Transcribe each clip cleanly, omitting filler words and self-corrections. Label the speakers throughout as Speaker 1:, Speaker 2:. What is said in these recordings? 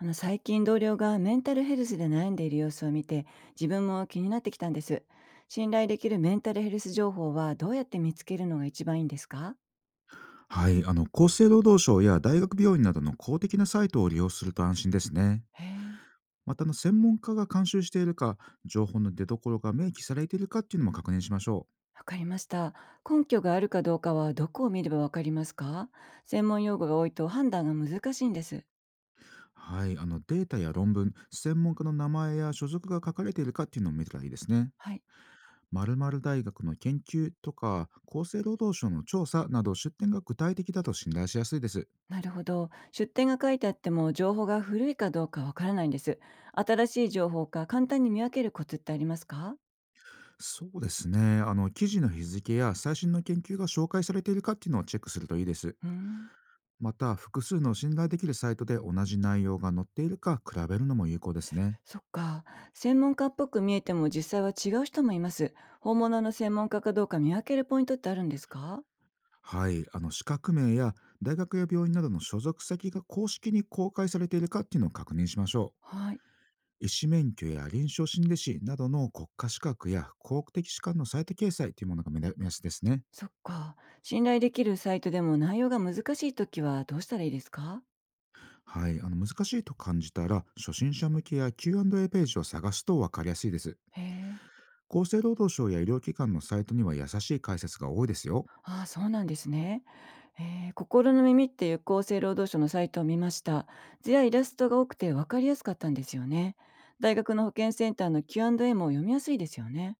Speaker 1: 最近同僚がメンタルヘルスで悩んでいる様子を見て、自分も気になってきたんです。信頼できるメンタルヘルス情報はどうやって見つけるのが一番いいんですか？
Speaker 2: はい、厚生労働省や大学病院などの公的なサイトを利用すると安心ですね。
Speaker 1: へえ、
Speaker 2: また専門家が監修しているか、情報の出所が明記されているかっていうのも確認しましょ
Speaker 1: わかりました。根拠があるかどうかはどこを見ればわかりますか？専門用語が多いと判断が難しいんです。
Speaker 2: う。はい、データや論文、専門家の名前や所属が書かれているかっていうのを見たらいいですね。
Speaker 1: はい。
Speaker 2: 〇〇大学の研究とか、厚生労働省の調査など出典が具体的だと信頼しやすいです。
Speaker 1: なるほど、出典が書いてあっても情報が古いかどうかわからないんです。新しい情報か簡単に見分けるコツってありますか？
Speaker 2: そうですね、記事の日付や最新の研究が紹介されているかっていうのをチェックするといいです。
Speaker 1: うーん。
Speaker 2: また、複数の信頼できるサイトで同じ内容が載っているか比べるのも有効ですね。
Speaker 1: そっか。専門家っぽく見えても実際は違う人もいます。本物の専門家かどうか見分けるポイントってあるんですか？
Speaker 2: はい、資格名や大学や病院などの所属先が公式に公開されているかっていうのを確認しましょ
Speaker 1: はい。
Speaker 2: う。医師免許や臨床心理士などの国家資格や公的機関のサイト掲載というものが目安ですね。
Speaker 1: そっか。信頼できるサイトでも内容が難しいときはどうしたらいいですか？
Speaker 2: はい、難しいと感じたら初心者向けや Q&A ページを探すと分かりやすいです。
Speaker 1: へえ。
Speaker 2: 厚生労働省や医療機関のサイトには優しい解説が多いですよ。
Speaker 1: ああ、そうなんですね。心の耳っていう厚生労働省のサイトを見ました。図やイラストが多くて分かりやすかったんですよね。大学の保健センターの Q&A も読みやすいですよね。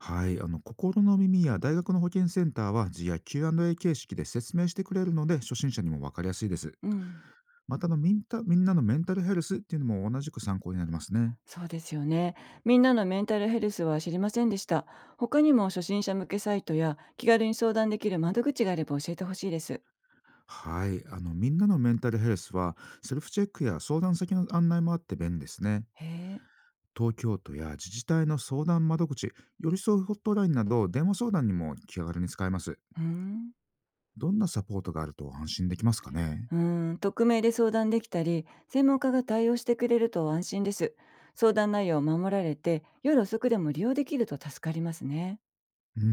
Speaker 2: はい、心の耳や大学の保健センターは図や Q&A 形式で説明してくれるので初心者にも分かりやすいです。
Speaker 1: うん。
Speaker 2: またみんなのメンタルヘルスっていうのも同じく参考になりますね。
Speaker 1: そうですよね。みんなのメンタルヘルスは知りませんでした。他にも初心者向けサイトや気軽に相談できる窓口があれば教えてほしいです。
Speaker 2: はい、みんなのメンタルヘルスはセルフチェックや相談先の案内もあって便利ですね。
Speaker 1: へえ。
Speaker 2: 東京都や自治体の相談窓口、寄り添うホットラインなど電話相談にも気軽に使えます。
Speaker 1: うーん。
Speaker 2: どんなサポートがあると安心できますかね？
Speaker 1: うーん。匿名で相談できたり、専門家が対応してくれると安心です。相談内容を守られて、夜遅くでも利用できると助かりますね。
Speaker 2: うー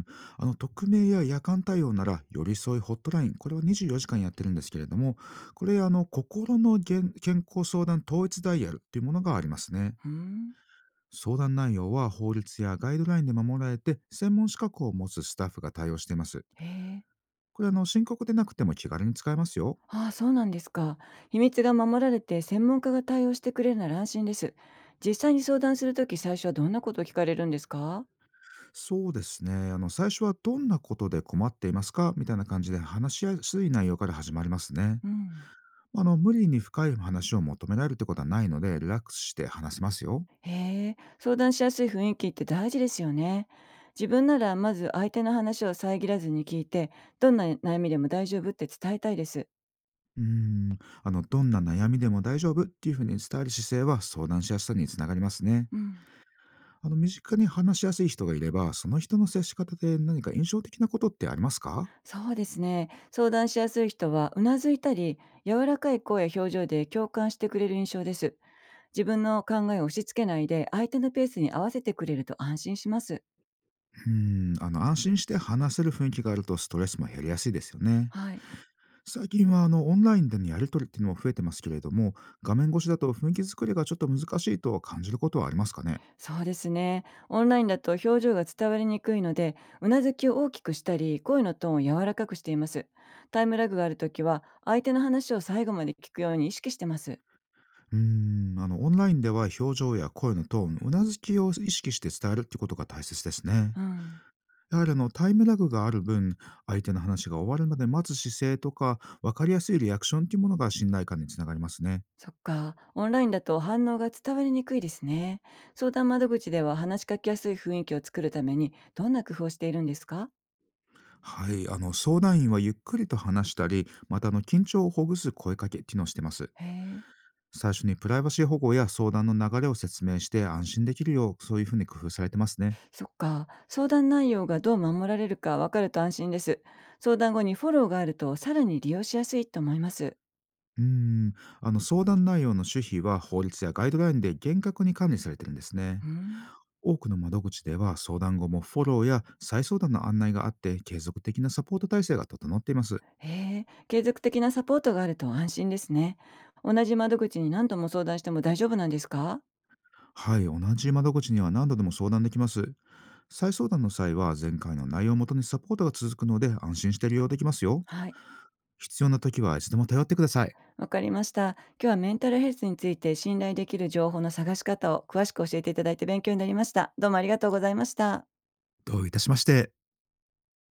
Speaker 2: ん。匿名や夜間対応なら、寄り添いホットライン、これは24時間やってるんですけれども、これ、心の健康相談統一ダイヤルっていうものがありますね。
Speaker 1: うーん。
Speaker 2: 相談内容は法律やガイドラインで守られて、専門資格を持つスタッフが対応しています。
Speaker 1: へえ。
Speaker 2: これ、深刻でなくても気軽に使えますよ。
Speaker 1: ああ、そうなんですか。秘密が守られて専門家が対応してくれるなら安心です。実際に相談するとき最初はどんなことを聞かれるんですか？
Speaker 2: そうですね。最初はどんなことで困っていますかみたいな感じで話しやすい内容から始まりますね。
Speaker 1: うん。
Speaker 2: 無理に深い話を求められるってことはないので、リラックスして話せますよ。
Speaker 1: へえ、相談しやすい雰囲気って大事ですよね。自分ならまず相手の話を遮らずに聞いて、どんな悩みでも大丈夫って伝えたいです。
Speaker 2: どんな悩みでも大丈夫っていうふうに伝える姿勢は相談しやすさにつながりますね。
Speaker 1: うん。
Speaker 2: 身近に話しやすい人がいれば、その人の接し方で何か印象的なことってありますか？
Speaker 1: そうですね。相談しやすい人はうなずいたり、柔らかい声や表情で共感してくれる印象です。自分の考えを押し付けないで、相手のペースに合わせてくれると安心します。
Speaker 2: 安心して話せる雰囲気があるとストレスも減りやすいですよね。
Speaker 1: はい。
Speaker 2: 最近はオンラインでのやり取りっていうのも増えてますけれども、画面越しだと雰囲気作りがちょっと難しいと感じることはありますかね？
Speaker 1: そうですね。オンラインだと表情が伝わりにくいので、うなずきを大きくしたり、声のトーンを柔らかくしています。タイムラグがあるときは、相手の話を最後まで聞くように意識してます。
Speaker 2: うーオンラインでは表情や声のトーン、うなずきを意識して伝えるってことが大切ですね。
Speaker 1: うん。
Speaker 2: やはりタイムラグがある分、相手の話が終わるまで待つ姿勢とか、分かりやすいリアクションというものが信頼感につながりますね。
Speaker 1: そっか。オンラインだと反応が伝わりにくいですね。相談窓口では話しかけやすい雰囲気を作るために、どんな工夫をしているんですか？
Speaker 2: はい、相談員はゆっくりと話したり、また緊張をほぐす声かけ機能してます。
Speaker 1: へえ。
Speaker 2: 最初にプライバシー保護や相談の流れを説明して安心できるよう、そういうふうに工夫されてますね。
Speaker 1: そっか。相談内容がどう守られるかわかると安心です。相談後にフォローがあると、さらに利用しやすいと思います。
Speaker 2: うーん、相談内容の主費は法律やガイドラインで厳格に管理されてるんです
Speaker 1: う
Speaker 2: ね。
Speaker 1: ん。
Speaker 2: 多くの窓口では相談後もフォローや再相談の案内があって継続的なサポート体制が整っています。
Speaker 1: へえ、継続的なサポートがあると安心ですね。同じ窓口に何度も相談しても大丈夫なんですか？
Speaker 2: はい、同じ窓口には何度でも相談できます。再相談の際は前回の内容をもとにサポートが続くので安心して利用できますよ。
Speaker 1: はい、
Speaker 2: 必要な時はいつでも頼ってください。
Speaker 1: わかりました。今日はメンタルヘルスについて信頼できる情報の探し方を詳しく教えていただいて勉強になりました。どうもありがとうございました。
Speaker 2: どういたしまして。